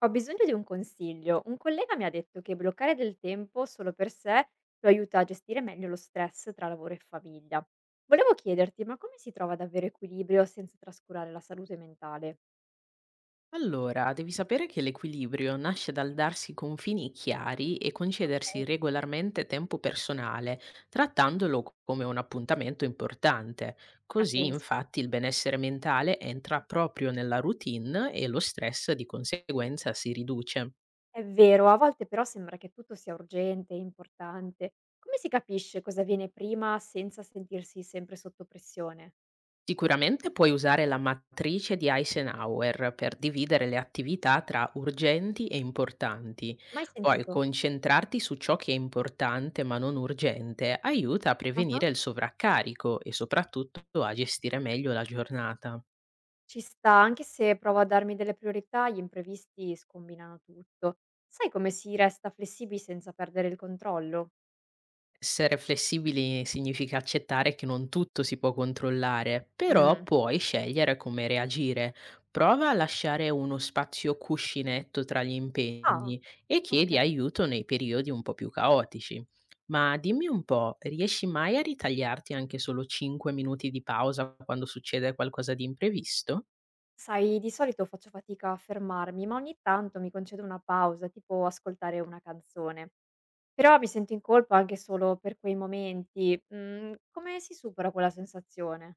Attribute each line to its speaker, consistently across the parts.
Speaker 1: Ho bisogno di un consiglio. Un collega mi ha detto che bloccare del tempo solo per sé lo aiuta a gestire meglio lo stress tra lavoro e famiglia. Volevo chiederti, ma come si trova ad avere equilibrio senza trascurare la salute mentale?
Speaker 2: Allora, devi sapere che l'equilibrio nasce dal darsi confini chiari e concedersi
Speaker 1: Ok.
Speaker 2: regolarmente tempo personale, trattandolo come un appuntamento importante.
Speaker 1: Ha
Speaker 2: Così,
Speaker 1: senso.
Speaker 2: infatti, il benessere mentale entra proprio nella routine e lo stress di conseguenza si riduce.
Speaker 1: È vero, a volte però sembra che tutto sia urgente, e importante. Come si capisce cosa viene prima senza sentirsi sempre sotto pressione?
Speaker 2: Sicuramente puoi usare la matrice di Eisenhower per dividere le attività tra urgenti e importanti.
Speaker 1: Mai
Speaker 2: Poi
Speaker 1: sentito?
Speaker 2: concentrarti su ciò che è importante ma non urgente aiuta a prevenire il sovraccarico e soprattutto a gestire meglio la giornata.
Speaker 1: Ci sta, anche se provo a darmi delle priorità, gli imprevisti scombinano tutto. Sai come si resta flessibili senza perdere il controllo?
Speaker 2: Essere flessibili significa accettare che non tutto si può controllare, però
Speaker 1: Mm.
Speaker 2: puoi scegliere come reagire. Prova a lasciare uno spazio cuscinetto tra gli
Speaker 1: Ah,
Speaker 2: impegni e
Speaker 1: ok.
Speaker 2: chiedi aiuto nei periodi un po' più caotici. Ma dimmi un po', riesci mai a ritagliarti anche solo 5 minuti di pausa quando succede qualcosa di imprevisto?
Speaker 1: Sai, di solito faccio fatica a fermarmi, ma ogni tanto mi concedo una pausa, tipo ascoltare una canzone. Però mi sento in colpa anche solo per quei momenti. Come si supera quella sensazione?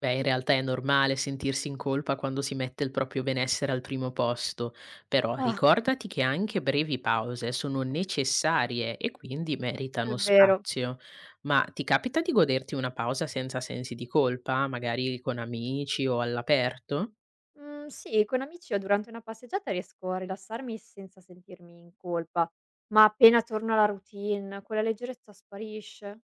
Speaker 2: Beh, in realtà è normale sentirsi in colpa quando si mette il proprio benessere al primo posto, però
Speaker 1: Ah,
Speaker 2: ricordati che anche brevi pause sono necessarie e quindi
Speaker 1: è
Speaker 2: meritano
Speaker 1: vero.
Speaker 2: spazio. Ma ti capita di goderti una pausa senza sensi di colpa, magari con amici o all'aperto?
Speaker 1: Mhmm, sì, con amici o durante una passeggiata riesco a rilassarmi senza sentirmi in colpa, ma appena torno alla routine quella leggerezza sparisce.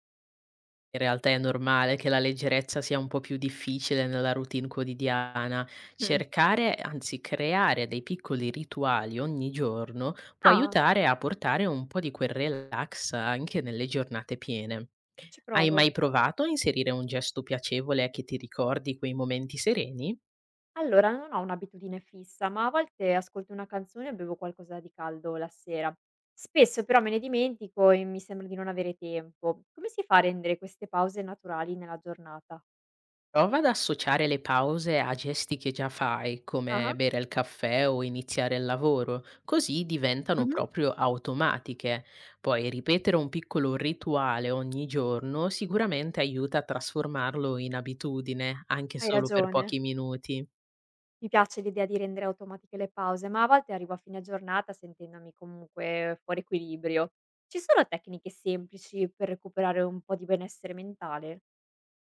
Speaker 2: In realtà è normale che la leggerezza sia un po' più difficile nella routine quotidiana.
Speaker 1: Mh.
Speaker 2: Cercare, anzi creare dei piccoli rituali ogni giorno può
Speaker 1: Ah,
Speaker 2: aiutare a portare un po' di quel relax anche nelle giornate piene.
Speaker 1: ci
Speaker 2: Hai
Speaker 1: provo.
Speaker 2: mai provato a inserire un gesto piacevole che ti ricordi quei momenti sereni?
Speaker 1: Allora non ho un'abitudine fissa, ma a volte ascolto una canzone o bevo qualcosa di caldo la sera. Spesso però me ne dimentico e mi sembra di non avere tempo. Come si fa a rendere queste pause naturali nella giornata?
Speaker 2: Prova ad associare le pause a gesti che già fai, come
Speaker 1: Ah-ah.
Speaker 2: bere il caffè o iniziare il lavoro, così diventano
Speaker 1: Mh-mh.
Speaker 2: proprio automatiche. Poi ripetere un piccolo rituale ogni giorno sicuramente aiuta a trasformarlo in abitudine, anche
Speaker 1: Hai
Speaker 2: solo per
Speaker 1: ragione.
Speaker 2: pochi minuti.
Speaker 1: Mi piace l'idea di rendere automatiche le pause, ma a volte arrivo a fine giornata sentendomi comunque fuori equilibrio. Ci sono tecniche semplici per recuperare un po' di benessere mentale?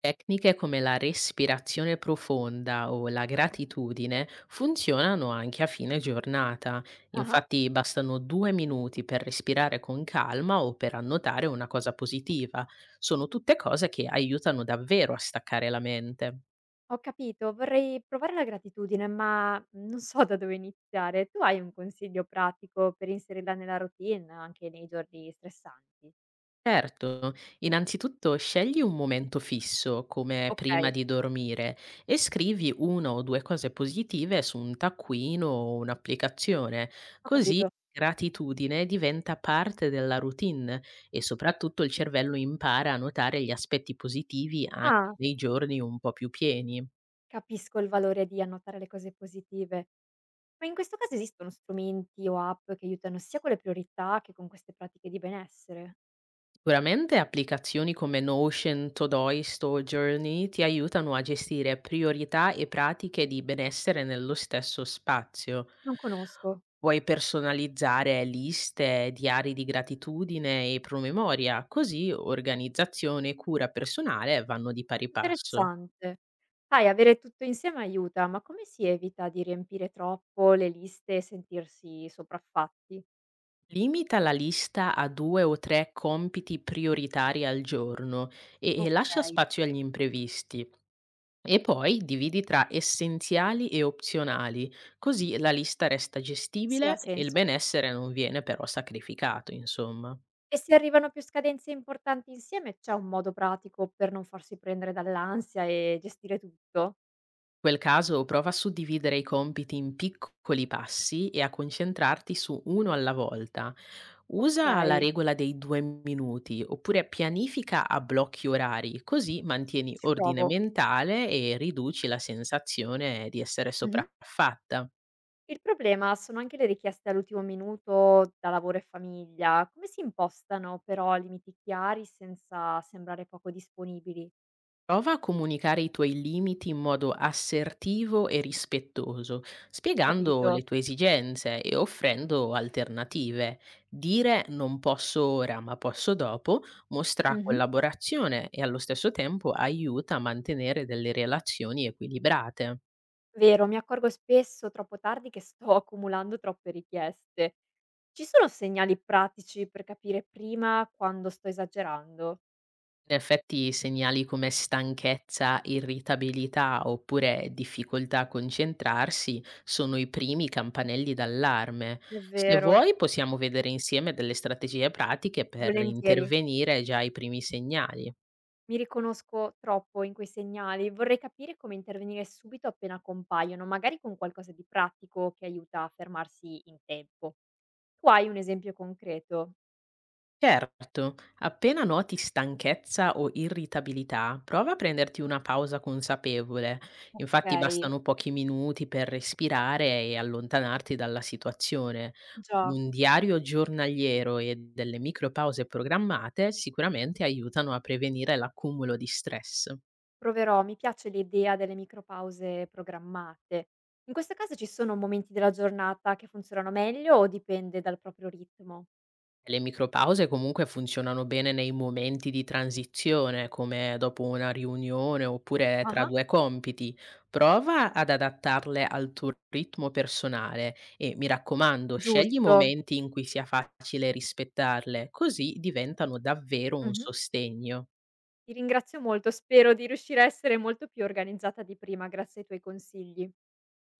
Speaker 2: Tecniche come la respirazione profonda o la gratitudine funzionano anche a fine giornata.
Speaker 1: Ah.
Speaker 2: Infatti bastano 2 minuti per respirare con calma o per annotare una cosa positiva. Sono tutte cose che aiutano davvero a staccare la mente.
Speaker 1: Ho capito, vorrei provare la gratitudine, ma non so da dove iniziare. Tu hai un consiglio pratico per inserirla nella routine anche nei giorni stressanti?
Speaker 2: Certo, innanzitutto scegli un momento fisso, come prima
Speaker 1: Ok.
Speaker 2: di dormire, e scrivi una o due cose positive su un taccuino o un'applicazione,
Speaker 1: Ho
Speaker 2: così
Speaker 1: capito.
Speaker 2: gratitudine diventa parte della routine e soprattutto il cervello impara a notare gli aspetti positivi anche
Speaker 1: Ah,
Speaker 2: nei giorni un po' più pieni.
Speaker 1: capisco il valore di annotare le cose positive. Ma in questo caso esistono strumenti o app che aiutano sia con le priorità che con queste pratiche di benessere?
Speaker 2: Sicuramente applicazioni come Notion, Todoist o Journey ti aiutano a gestire priorità e pratiche di benessere nello stesso spazio.
Speaker 1: Non conosco.
Speaker 2: Puoi personalizzare liste, diari di gratitudine e promemoria, così organizzazione e cura personale vanno di pari passo.
Speaker 1: Interessante. Sai, avere tutto insieme aiuta, ma come si evita di riempire troppo le liste e sentirsi sopraffatti?
Speaker 2: Limita la lista a due o tre compiti prioritari al giorno e lascia
Speaker 1: Ok,
Speaker 2: spazio agli imprevisti. E poi dividi tra essenziali e opzionali, così la lista resta
Speaker 1: sì, ha
Speaker 2: gestibile e il
Speaker 1: senso.
Speaker 2: benessere non viene però sacrificato, insomma.
Speaker 1: E se arrivano più scadenze importanti insieme, c'è un modo pratico per non farsi prendere dall'ansia e gestire tutto?
Speaker 2: In quel caso prova a suddividere i compiti in piccoli passi e a concentrarti su uno alla volta.
Speaker 1: Ok,
Speaker 2: Usa la regola dei 2 minuti oppure pianifica a blocchi orari, così mantieni
Speaker 1: ci
Speaker 2: ordine
Speaker 1: provo.
Speaker 2: mentale e riduci la sensazione di essere
Speaker 1: Mhm.
Speaker 2: sopraffatta.
Speaker 1: Il problema sono anche le richieste all'ultimo minuto da lavoro e famiglia. Come si impostano però limiti chiari senza sembrare poco disponibili?
Speaker 2: Prova a comunicare i tuoi limiti in modo assertivo e rispettoso, spiegando
Speaker 1: Capito?
Speaker 2: le tue esigenze e offrendo alternative. Dire non posso ora ma posso dopo mostra
Speaker 1: Mhm.
Speaker 2: collaborazione e allo stesso tempo aiuta a mantenere delle relazioni equilibrate.
Speaker 1: Vero, mi accorgo spesso troppo tardi che sto accumulando troppe richieste. Ci sono segnali pratici per capire prima quando sto esagerando?
Speaker 2: In effetti segnali come stanchezza, irritabilità oppure difficoltà a concentrarsi sono i primi campanelli d'allarme.
Speaker 1: È
Speaker 2: Se
Speaker 1: vero.
Speaker 2: vuoi possiamo vedere insieme delle strategie pratiche per
Speaker 1: Volentieri.
Speaker 2: intervenire già ai primi segnali.
Speaker 1: Mi riconosco troppo in quei segnali. Vorrei capire come intervenire subito appena compaiono, magari con qualcosa di pratico che aiuta a fermarsi in tempo. Tu hai un esempio concreto?
Speaker 2: Certo, appena noti stanchezza o irritabilità, prova a prenderti una pausa consapevole.
Speaker 1: Ok,
Speaker 2: Infatti bastano pochi minuti per respirare e allontanarti dalla situazione.
Speaker 1: già,
Speaker 2: Un diario giornaliero e delle micropause programmate sicuramente aiutano a prevenire l'accumulo di stress.
Speaker 1: proverò. Mi piace l'idea delle micropause programmate. In questo caso ci sono momenti della giornata che funzionano meglio o dipende dal proprio ritmo?
Speaker 2: Le micropause comunque funzionano bene nei momenti di transizione, come dopo una riunione oppure tra
Speaker 1: Ah,
Speaker 2: due compiti. Prova ad adattarle al tuo ritmo personale e mi raccomando, scegli
Speaker 1: giusto.
Speaker 2: momenti in cui sia facile rispettarle, così diventano davvero un
Speaker 1: Mhm.
Speaker 2: sostegno.
Speaker 1: Ti ringrazio molto, spero di riuscire a essere molto più organizzata di prima grazie ai tuoi consigli.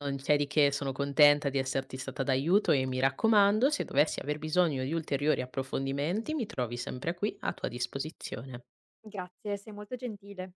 Speaker 2: Non c'è di che, sono contenta di esserti stata d'aiuto e mi raccomando, se dovessi aver bisogno di ulteriori approfondimenti, mi trovi sempre qui a tua disposizione.
Speaker 1: Grazie, sei molto gentile.